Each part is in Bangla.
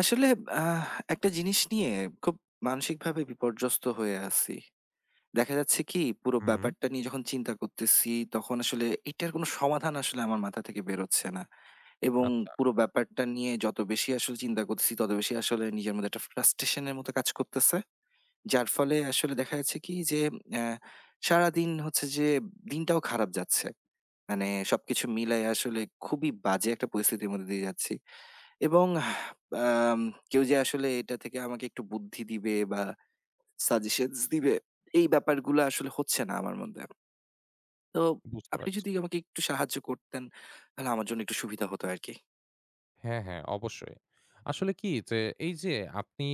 আসলে আহ একটা জিনিস নিয়ে খুব মানসিকভাবে বিপর্যস্ত হয়ে আছি। দেখা যাচ্ছে কি, পুরো হুম, ব্যাপারটা নিয়ে যখন চিন্তা করতেছি, তখন আসলে এটার কোনো সমাধান আসলে আমার মাথা থেকে বেরোচ্ছে না। এবং আচ্ছা পুরো ব্যাপারটা নিয়ে যত বেশি আসলে চিন্তা করতেছি, তত বেশি আসলে নিজের মধ্যে একটা ফ্রাস্ট্রেশন এর মতো কাজ করতেছে। যার ফলে আসলে দেখা যাচ্ছে কি যে অ্যা সারাদিন হচ্ছে যে দিনটাও খারাপ যাচ্ছে। মানে সবকিছু মিলায় আসলে খুবই বাজে একটা পরিস্থিতির মধ্যে দিয়ে যাচ্ছি। এবং আম কেউ যে আসলে এটা থেকে আমাকে একটু বুদ্ধি দিবে বা সাজেশনস দিবে, এই ব্যাপারগুলো আসলে হচ্ছে না আমার মধ্যে। তো বুঝতে আপনি পারছি। যদি আমাকে একটু সাহায্য করতেন, তাহলে আমার জন্য একটু সুবিধা হতো আরকি। হ্যাঁ, হ্যাঁ অবশ্যই। আসলে কি যে এই যে আপনি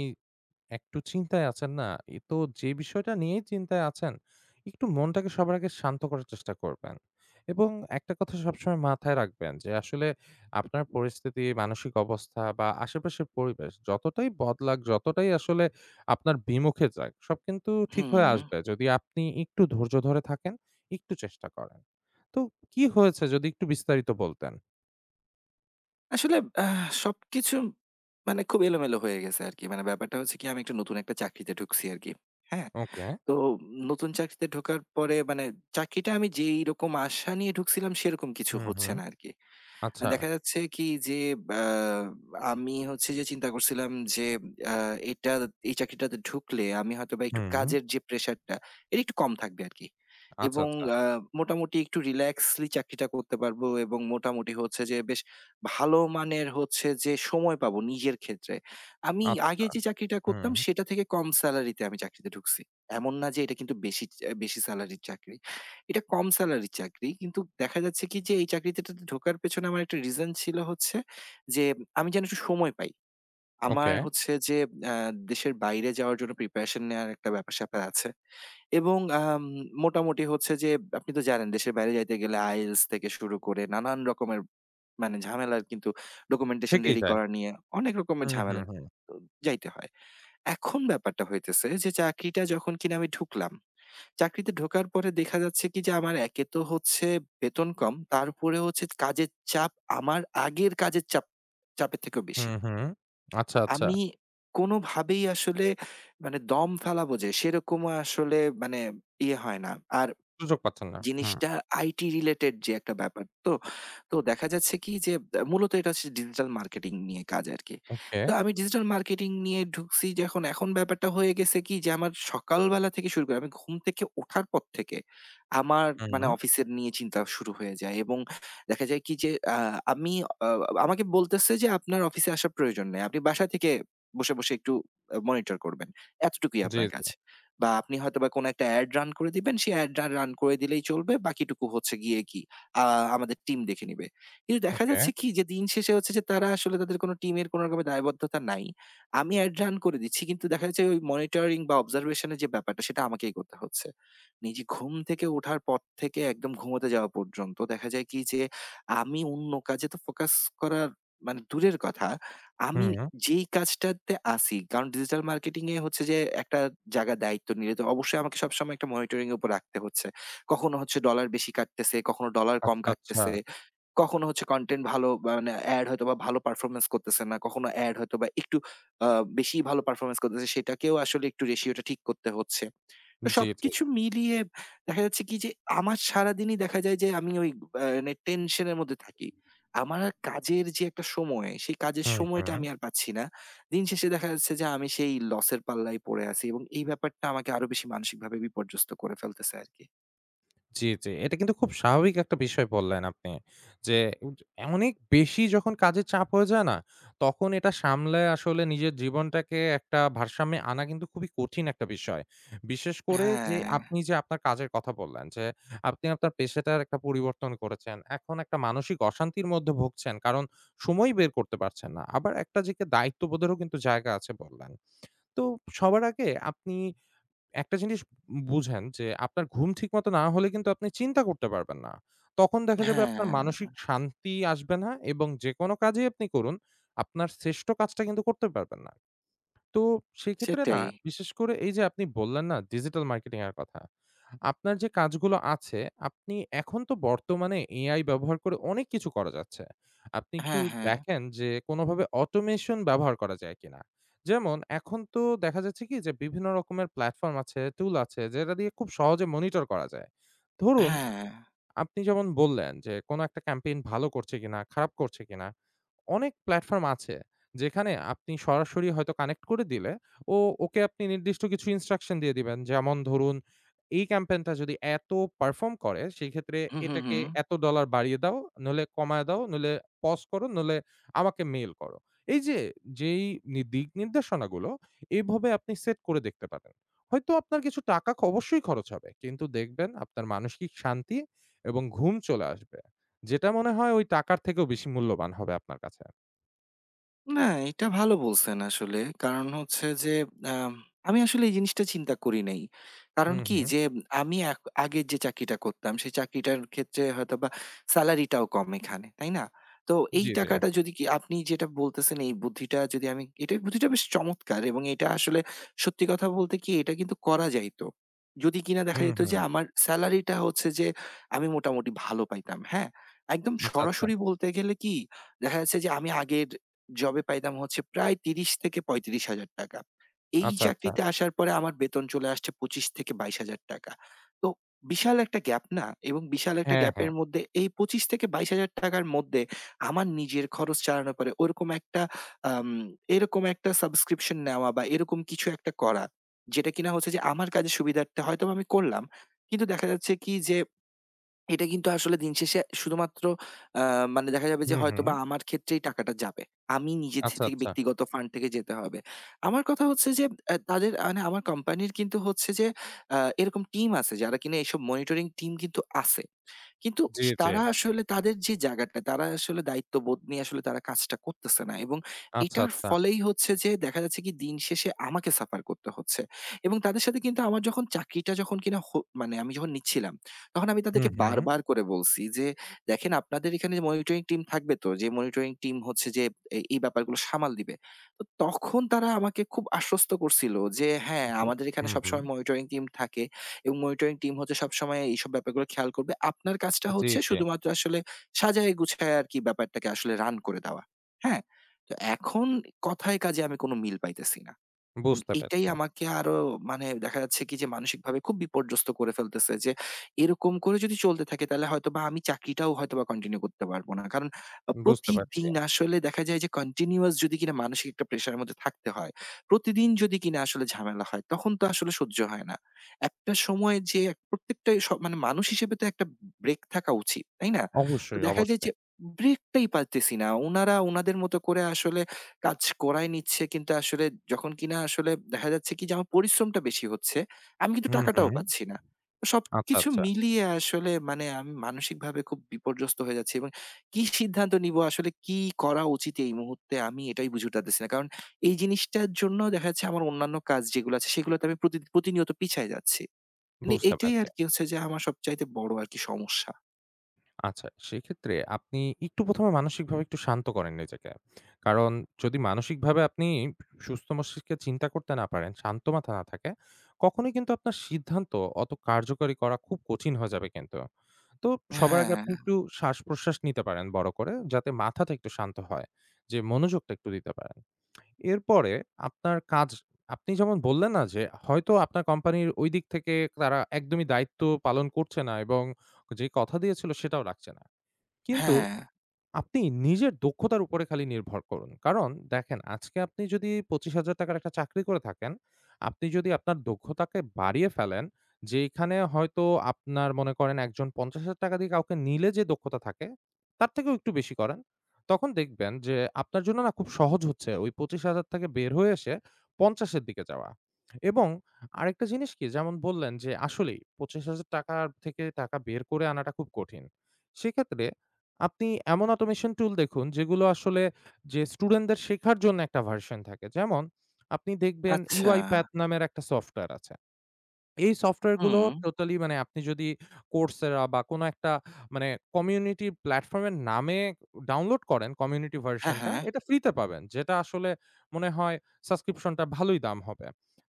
একটু চিন্তায় আছেন না? এ তো যে বিষয়টা নিয়েই চিন্তায় আছেন, একটু মনটাকে সবার আগে শান্ত করার চেষ্টা করবেন। এবং একটা কথা সবসময় মাথায় রাখবেন যে আসলে আপনার পরিস্থিতি, মানসিক অবস্থা বা আশেপাশের পরিবেশ যতটাই বদলাক, যতটাই আসলে আপনার বিমুখে যাক, সব কিন্তু ঠিক হয়ে হুম, আসবে যদি আপনি একটু ধৈর্য ধরে থাকেন, একটু চেষ্টা করেন। তো কি হয়েছে যদি একটু বিস্তারিত বলতেন? আসলে সবকিছু মানে খুব এলোমেলো হয়ে গেছে আরকি। মানে ব্যাপারটা হচ্ছে কি, আমি একটা নতুন একটা চাকরিতে ঢুকছি আরকি। হ্যাঁ? ওকে। তো নতুন চাকরিতে ঢোকার পরে মানে চাকরিটা আমি যেই রকম আশা নিয়ে ঢুকছিলাম সেরকম কিছু হুম, হচ্ছে হুম। না আরকি। আচ্ছা। দেখা যাচ্ছে কি যে আ আমি হচ্ছে যে চিন্তা করছিলাম যে আ এটা এই চাকরিটাতে ঢুকলে আমি হয়তোবা একটু হুম। কাজের যে প্রেশারটা, এটা একটু কম থাকবে আরকি। আচ্ছা, এবং আচ্ছা। আ মোটামুটি একটু রিল্যাক্সলি চাকরিটা করতে পারবো এবং মোটামুটি হচ্ছে যে বেশ ভালো মানের হচ্ছে যে সময় পাবো নিজের ক্ষেত্রে। আমি আগে আচ্ছা। যে চাকরিটা হুম। করতাম সেটা থেকে কম সেলারিতে আমি চাকরিতে ঢুকছি। এমন না যে এটা কিন্তু বেশি সেলারির চাকরি। এটা কম স্যালারির চাকরি। কিন্তু দেখা যাচ্ছে কি যে, এই চাকরিটাতে ঢোকার পেছনে আমার একটা রিজন ছিল হচ্ছে যে আমি যেন একটু সময় পাই। আমার ওকে। হচ্ছে যে আ দেশের বাইরে যাওয়ার জন্য প্রিপারেশন নেওয়ার একটা ব্যাপার-স্যাপার আছে। এবং মোটামুটি হচ্ছে যে, আপনি তো জানেন দেশের বাইরে যাইতে গেলে IELTS থেকে শুরু করে নানান রকমের মানে ঝামেলার কিন্তু, ডকুমেন্টেশন থেকেই রেডি যায়। করা নিয়ে অনেক রকমের হুম, হুম, ঝামেলা হুম। তো যাইতে হয়। এখন ব্যাপারটা হইতেছে যে, চাকরিটা যখন কিনা আমি ঢুকলাম, চাকরিতে ঢোকার পরে দেখা যাচ্ছে কি যে, আমার একে তো হচ্ছে বেতন কম, তারপরে হচ্ছে কাজের চাপ, আমার আগের কাজের চাপের থেকেও হুম, বেশি। হুম। আচ্ছা, আচ্ছা। আমি কোনোভাবেই আসলে মানে দম ফেলাবো যে, সেরকমও আসলে মানে ইয়ে হয় না। আর সুযোগ পাচ্ছেন না। হুম। জিনিসটা আইটি রিলেটেড যে একটা ব্যাপার তো, তো দেখা যাচ্ছে কি যে, মূলত এটা হচ্ছে ডিজিটাল মার্কেটিং নিয়ে কাজ আরকি। ওকে। তো আমি ডিজিটাল মার্কেটিং নিয়ে ঢুকছি যখন, এখন ব্যাপারটা হয়ে গেছে কি যে, আমার সকালবেলা থেকে শুরু করে আমি ঘুম থেকে ওঠার পর থেকে আমার মানে হুম। অফিসের নিয়ে চিন্তা শুরু হয়ে যায়। এবং দেখা যায় কি যে আ আমি আ আমাকে বলতেছে যে, "আপনার অফিসে আসার প্রয়োজন নাই। আপনি বাসা থেকে বসে, বসে একটু মনিটর করবেন। এতটুকুই জি, আপনার জি। কাজ।" বা, "আপনি হয়তোবা কোনো একটা অ্যাড রান করে দিবেন। সেই অ্যাডটা রান করে দিলেই চলবে। বাকিটুকু হচ্ছে গিয়ে কি আ আমাদের টিম দেখে নিবে।" কিন্তু দেখা ওকে। যাচ্ছে কি যে দিন শেষে হচ্ছে যে, তারা আসলে তাদের কোনো টিমের কোনো রকমের দায়বদ্ধতা নাই। আমি অ্যাড রান করে দিচ্ছি। কিন্তু দেখা যাচ্ছে ওই মনিটরিং বা অবজারভেশন এর যে ব্যাপারটা, সেটা আমাকেই করতে হচ্ছে। নিজে ঘুম থেকে ওঠার পর থেকে একদম ঘুমোতে যাওয়া পর্যন্ত দেখা যায় কি যে, আমি অন্য কাজে তো ফোকাস করার মানে দূরের কথা। আমি হুম। যেই কাজটাতে আছি, কারণ ডিজিটাল মার্কেটিং এ হচ্ছে যে একটা জায়গা দায়িত্ব নিলে তো অবশ্যই আমাকে সবসময় একটা মনিটরিং এর উপর রাখতে হচ্ছে। কখনো হচ্ছে ডলার বেশি কাটতেছে, কখনো ডলার কম আচ্ছা, আচ্ছা। কাটতেছে, কখনো হচ্ছে কনটেন্ট ভালো মানে এড হয়তোবা ভালো পারফরম্যান্স করতেছে না, কখনো এড হয়তোবা একটু আ বেশি ভালো পারফরম্যান্স করতেছে, সেটাকেও আসলে একটু রেশিওটা ঠিক করতে হচ্ছে। তো জি, জি। সবকিছু মিলিয়ে দেখা যাচ্ছে কি যে, আমার সারাদিনই দেখা যায় যে আমি ওই মানে টেনশনের মধ্যে থাকি। আমার আর কাজের যে একটা সময়, সেই কাজের হুম, সময়টা হুম। আমি আর পাচ্ছি না। দিন শেষে দেখা যাচ্ছে যে, আমি সেই লসের পাল্লায় পড়ে আছি, এবং এই ব্যাপারটা আমাকে আরো বেশি মানসিকভাবে বিপর্যস্ত করে ফেলতেছে আরকি। জি, জি। এটা কিন্তু খুব স্বাভাবিক একটা বিষয় বললেন আপনি। যে উজ অনেক বেশি যখন কাজের চাপ হয়ে যায় না, তখন এটা সামলায় আসলে নিজের জীবনটাকে একটা ভারসাম্যে আনা কিন্তু খুবই কঠিন একটা বিষয়। বিশেষ করে যে হ্যাঁ, আপনি যে আপনার কাজের কথা বললেন যে, আপনি আপনার পেশাটার একটা পরিবর্তন করেছেন। এখন একটা মানসিক অশান্তির মধ্যে ভুগছেন। কারণ সময়ই বের করতে পারছেন না। আবার একটা যে দায়িত্ববোধেরও কিন্তু জায়গা আছে বললেন। তো সবার আগে আপনি একটা জিনিস বুঝেন যে আপনার ঘুম ঠিকমতো না হলে কিন্তু আপনি চিন্তা করতে পারবেন না। তখন দেখা যাবে আপনার হ্যাঁ, মানসিক শান্তি আসবে না এবং যেকোনো কাজই আপনি করুন, আপনার শ্রেষ্ঠ কাজটা কিন্তু করতে পারবেন না। তো সেক্ষেত্রে না সেটাই। বিশেষ করে এই যে আপনি বললেন না ডিজিটাল মার্কেটিং এর কথা। আপনার যে কাজগুলো আছে, আপনি এখন তো বর্তমানে AI ব্যবহার করে অনেক কিছু করা যাচ্ছে। আপনি একটু হ্যাঁ, হ্যাঁ, দেখেন যে কোনভাবে অটোমেশন ব্যবহার করা যায় কিনা? যেমন এখন তো দেখা যাচ্ছে কি যে বিভিন্ন রকমের প্ল্যাটফর্ম আছে, টুল আছে যেটা দিয়ে খুব সহজে মনিটর করা যায়। ধরুন হ্যাঁ। আপনি যেমন বললেন যে কোন একটা ক্যাম্পেইন ভালো করছে কিনা, খারাপ করছে কিনা? অনেক প্ল্যাটফর্ম আছে যেখানে আপনি সরাসরি হয়তো কানেক্ট করে দিলে ও ওকে আপনি নির্দিষ্ট কিছু ইনস্ট্রাকশন দিয়ে দিবেন। যেমন ধরুন, এই ক্যাম্পেইনটা যদি এত পারফর্ম করে সেক্ষেত্রে হু, হু, হু। এটাকে এত ডলার বাড়িয়ে দাও, নইলে কমায় দাও, নইলে পজ করো, নইলে আমাকে মেইল করো। এই যে যেই দিক নির্দেশনাগুলো এভাবে আপনি সেট করে দেখতে পারেন। হয়তো আপনার কিছু টাকা অবশ্যই খরচ হবে। কিন্তু দেখবেন আপনার মানসিক শান্তি এবং ঘুম চলে আসবে। যেটা মনে হয় ওই টাকার থেকেও বেশি মূল্যবান হবে আপনার কাছে। না, এটা ভালো বলছেন আসলে। কারণ হচ্ছে যে, আম আমি আসলে এই জিনিসটা চিন্তা করি নাই। কারণ হুম, কি হুম। যে, আমি আগের যে চাকরিটা করতাম সেই চাকরিটার ক্ষেত্রে হয়তোবা সেলারিটাও কম এখানে, তাই না? তো এই জি, জি। টাকাটা যদি কি, আপনি যেটা বলতেছেন এই বুদ্ধিটা, যদি আমি এটা, বুদ্ধিটা বেশ চমৎকার, এবং এটা আসলে সত্যি কথা বলতে কি এটা কিন্তু করা যাইতো। যদি কিনা দেখা হুম, যেত হুম। যে আমার সেলারিটা হচ্ছে যে আমি মোটামুটি ভালো পাইতাম, হ্যাঁ? একদম আচ্ছা, আচ্ছা। সরাসরি বলতে গেলে কি, দেখা যাচ্ছে যে আমি আগের জবে পাইতাম হচ্ছে প্রায় ৩০,০০০-৩৫,০০০ টাকা। এই আচ্ছা, আচ্ছা। চাকরিতে আসার পরে আমার বেতন চলে আসছে ২৫,০০০-২২,০০০ টাকা। তো বিশাল একটা গ্যাপ, না? এবং বিশাল একটা হ্যাঁ, হ্যাঁ। গ্যাপের মধ্যে এই ২৫,০০০-২২,০০০ টাকার মধ্যে আমার নিজের খরচ চালানোর পরে ওরকম একটা আম এরকম একটা সাবস্ক্রিপশন নেওয়া বা এরকম কিছু একটা করা, যেটা কিনা হচ্ছে যে আমার কাজের সুবিধার্থে হয়তোবা আমি করলাম। কিন্তু দেখা যাচ্ছে কি যে এটা কিন্তু আসলে দিন শেষে শুধুমাত্র আ মানে দেখা যাবে যে হুম, হুম। হয়তোবা আমার ক্ষেত্রেই টাকাটা যাবে। আমি নিজে আচ্ছা, থেকে, আচ্ছা। ব্যক্তিগত ফান্ড থেকে যেতে হবে। আমার কথা হচ্ছে যে, তাদের মানে আমার কোম্পানির কিন্তু হচ্ছে যে এরকম টিম আছে, যারা কিনা এসব মনিটরিং টিম কিন্তু আছে। কিন্তু জি, জি। তারা আসলে তাদের যে জায়গাটা, তারা আসলে দায়িত্ববোধ নিয়ে আসলে তারা কাজটা করতেছে না। এবং আচ্ছা, এটার আচ্ছা। ফলেই হচ্ছে যে দেখা যাচ্ছে কি দিন শেষে আমাকে সাফার করতে হচ্ছে। এবং তাদের সাথে কিন্তু আমার, যখন চাকরিটা যখন কিনা হো মানে আমি যখন নিচ্ছিলাম, তখন আমি হুম, তাদেরকে হুম। বারবার করে বলছি যে, "দেখেন, আপনাদের এখানে মনিটরিং টিম থাকবে তো, যে মনিটরিং টিম হচ্ছে যে এই ব্যাপারগুলো সামাল দিবে।" তো তখন তারা আমাকে খুব আশ্বস্ত করছিল যে, "হ্যাঁ, জি। আমাদের এখানে হুম, হুম। সবসময় মনিটরিং টিম থাকে। এবং মনিটরিং টিম হচ্ছে সবসময় এইসব ব্যাপারগুলো খেয়াল করবে। আপনার কাজটা জি, হচ্ছে জি। শুধুমাত্র আসলে সাজায় গুছায় আরকি ব্যাপারটাকে আসলে রান করে দেওয়া।" হ্যাঁ? তো এখন কথায় কাজে আমি কোন মিল পাইতেছি না। এবং বুঝতে এটাই পারছি। আমাকে আরো মানে দেখা যাচ্ছে কি যে মানসিকভাবে খুব বিপর্যস্ত করে ফেলতেছে যে, এরকম করে যদি চলতে থাকে তাহলে হয়তোবা আমি চাকরিটাও হয়তোবা কন্টিনিউ করতে পারবো না। কারণ বুঝতে পারছি। প্রতিদিন আসলে দেখা যায় যে, কন্টিনিউয়াস যদি কিনা মানসিক একটা প্রেশারের মধ্যে থাকতে হয়, প্রতিদিন যদি কিনা আসলে ঝামেলা হয়, তখন তো আসলে সহ্য হয় না। একটা সময় যে প্রত্যেকটা মানে মানুষ হিসেবে তো একটা ব্রেক থাকা উচিত, তাই না? তো অবশ্যই, দেখা যায় অবশ্যই। যে ব্রেকটাই পারতেছি না। উনারা উনাদের মতো করে আসলে কাজ করাই নিচ্ছে, কিন্তু আসলে যখন কিনা আসলে দেখা যাচ্ছে কি যে আমার পরিশ্রমটা বেশি হচ্ছে, আমি কিন্তু হুম, টাকাটাও হুম। পাচ্ছি না। তো আচ্ছা, সবকিছু আচ্ছা। মিলিয়ে আসলে মানে আমি মানসিকভাবে খুব বিপর্যস্ত হয়ে যাচ্ছি, এবং কি সিদ্ধান্ত নিবো, আসলে কি করা উচিত এই মুহূর্তে, আমি এটাই বুঝে উঠতেছি না। কারণ এই জিনিসটার জন্য দেখা যাচ্ছে আমার অন্যান্য কাজ যেগুলো আছে সেগুলোতে আমি প্রতিনিয়ত পিছায় যাচ্ছি। মানে বুঝতে এটাই পারছি। আরকি হচ্ছে যে আমার সবচাইতে বড় আরকি সমস্যা। আচ্ছা, সেক্ষেত্রে আপনি একটু প্রথম এ মানসিকভাবে একটু শান্ত করেন নিজেকে। কারণ যদি মানসিকভাবে আপনি সুস্থ মস্তিষ্কে চিন্তা করতে না পারেন, শান্ত মাথা না থাকে, কখনোই কিন্তু আপনার সিদ্ধান্ত অত কার্যকরী করা খুব কঠিন হয়ে যাবে কিন্তু। তো সবার আগে হ্যাঁ, আপনি একটু শ্বাস-প্রশ্বাস নিতে পারেন বড় করে, যাতে মাথাটা একটু শান্ত হয়। যে মনোযোগটা একটু দিতে পারেন। এরপরে আপনার কাজ আপনি যেমন বললেন না যে, হয়তো আপনার কোম্পানির ওই দিক থেকে তারা একদমই দায়িত্ব পালন করছে না এবং যে কথা দিয়েছিল সেটাও রাখছে না। কিন্তু হ্যাঁ। আপনি নিজের দক্ষতার উপরে খালি নির্ভর করুন। কারণ দেখেন আজকে আপনি যদি ৳২৫,০০০ একটা চাকরি করে থাকেন, আপনি যদি আপনার দক্ষতাকে বাড়িয়ে ফেলেন, যেইখানে হয়তো আপনার মনে করেন একজন ৳৫০,০০০ দিয়ে কাউকে নিলে যে দক্ষতা থাকে, তার থেকেও একটু বেশি করেন। তখন দেখবেন যে আপনার জন্য না খুব সহজ হচ্ছে ওই ২৫,০০০ থেকে বের হয়ে এসে ৫০ এর দিকে যাওয়া। এবং আরেকটা জিনিস কি যেমন বললেন যে আসলেই ৳২৫,০০০ থেকে টাকা বের করে আনাটা খুব কঠিন। সেক্ষেত্রে আপনি এমন অটোমেশন টুল দেখুন যেগুলো আসলে যে স্টুডেন্টদের শেখার জন্য একটা ভার্সন থাকে। যেমন আপনি দেখবেন আচ্ছা। UiPath নামের একটা সফটওয়্যার আছে। এই সফটওয়্যার গুলো হুম। টোটালি মানে আপনি যদি Coursera বা কোনো একটা মানে কমিউনিটি প্ল্যাটফর্ম এর নামে ডাউনলোড করেন কমিউনিটি হ্যাঁ, ভার্শনটা, হ্যাঁ। এটা ফ্রিতে পাবেন। যেটা আসলে মনে হয় সাবস্ক্রিপশনটা ভালোই দাম হবে।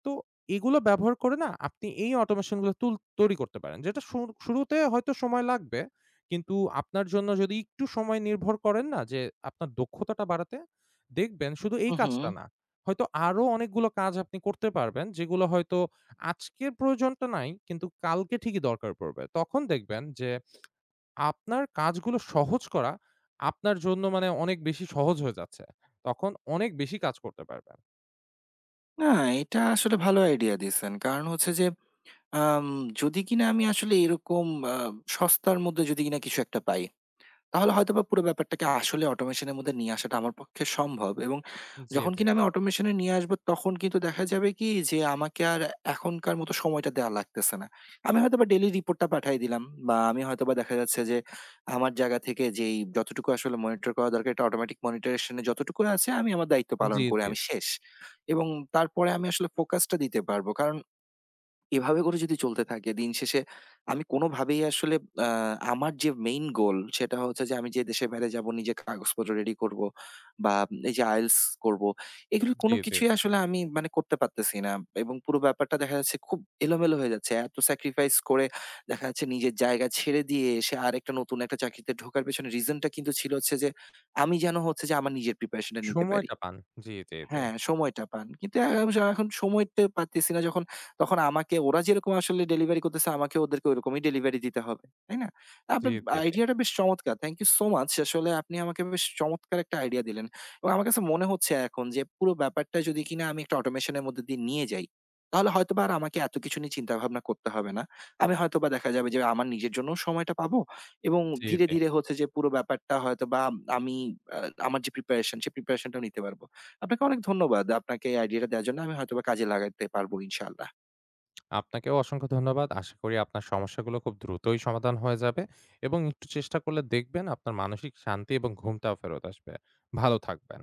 তো এগুলো ব্যবহার করে না আপনি এই অটোমেশন গুলো তৈরি করতে পারেন। যেটা শুরুতে হয়তো সময় লাগবে। কিন্তু আপনার জন্য যদি একটু সময় নির্ভর করেন না যে আপনার দক্ষতাটা বাড়াতে, দেখবেন শুধু এই হু, হু। কাজটা না। হয়তো আরো অনেকগুলো কাজ আপনি করতে পারবেন যেগুলো হয়তো আজকের প্রয়োজনটা নাই কিন্তু কালকে ঠিকই দরকার পড়বে। তখন দেখবেন যে আপনার কাজগুলো সহজ করা আপনার জন্য মানে অনেক বেশি সহজ হয়ে যাচ্ছে। তখন অনেক বেশি কাজ করতে পারবেন। না, এটা আসলে ভালো আইডিয়া দিছেন। কারণ হচ্ছে যে, আম যদি কিনা আমি আসলে এরকম আ সস্তার মধ্যে যদি কিনা কিছু একটা পাই, তাহলে হয়তোবা পুরো ব্যাপারটাকে আসলে অটোমেশন এর মধ্যে নিয়ে আসাটা আমার পক্ষে সম্ভব। এবং জি, যখন জি, কিনা আমি অটোমেশন এ নিয়ে আসবো, তখন কিন্তু দেখা যাবে কি যে আমাকে আর এখনকার মতো সময়টা দেওয়া লাগতেছে না। আমি হয়তোবা ডেইলি রিপোর্টটা পাঠায় দিলাম, বা আমি হয়তোবা দেখা যাচ্ছে যে আমার জায়গা থেকে যেই যতটুকু আসলে মনিটর করা দরকার, এটা অটোমেটিক মনিটরেশন এ যতটুকু আছে, আমি আমার দায়িত্ব পালন জি, করে জি, আমি শেষ। এবং তারপরে আমি আসলে ফোকাসটা দিতে পারবো। কারণ এভাবে করে যদি চলতে থাকে দিন শেষে আমি কোনোভাবেই আসলে আ আমার যে মেইন গোল, সেটা হচ্ছে যে আমি যে দেশের বাইরে যাব, নিজে কাগজপত্র রেডি করব, বা এই যে IELTS করব। এগুলো জি, কোনো জি। কিছুই আসলে আমি মানে করতে পারতেছি না, এবং পুরো ব্যাপারটা দেখা যাচ্ছে খুব এলোমেলো হয়ে যাচ্ছে। এত স্যাক্রিফাইস করে দেখা যাচ্ছে নিজের জায়গা ছেড়ে দিয়ে এসে আরেকটা নতুন একটা চাকরিতে ঢোকার পেছনে রিজনটা কিন্তু ছিল হচ্ছে যে আমি যেন হচ্ছে যে আমার নিজের প্রিপারেশন টা নিতে পারি। সময়টা পান। জি, জি, জি, হ্যাঁ, সময়টা পান। কিন্তু এখন সময়টা পারতেছি না যখন, তখন আমাকে ওরা যেরকম আসলে ডেলিভারি করতেছে, আমাকে ওদেরকে ওরকমই ডেলিভারি দিতে হবে। তাই না? জি, আপনার জি, আইডিয়াটা বেশ চমৎকার। Thank you so much. আসলে আপনি আমাকে বেশ চমৎকার একটা আইডিয়া দিলেন। এবং আমার কাছে মনে হচ্ছে এখন যে, পুরো ব্যাপারটা যদি কিনা আমি একটা অটোমেশন এর মধ্যে দিয়ে নিয়ে যাই, তাহলে হয়তোবা আর আমাকে এত কিছু নিয়ে চিন্তাভাবনা করতে হবে না। আমি হয়তোবা দেখা যাবে যে, আমার নিজের জন্যও সময়টা পাবো, এবং জি, জি, ধীরে, জি। ধীরে হচ্ছে যে পুরো ব্যাপারটা হয়তোবা আমি আ আমার যে প্রিপারেশন সে প্রিপারেশন টাও নিতে পারব। আপনাকে অনেক ধন্যবাদ। আপনাকে এই আইডিয়াটা দেওয়ার জন্য আমি হয়তোবা কাজে লাগাতে পারবো ইনশাআল্লাহ। আপনাকেও অসংখ্য ধন্যবাদ। আশা করি আপনার সমস্যাগুলো খুব দ্রুতই সমাধান হয়ে যাবে এবং একটু চেষ্টা করলে দেখবেন আপনার মানসিক শান্তি এবং ঘুমটাও ফেরত আসবে। ভালো থাকবেন।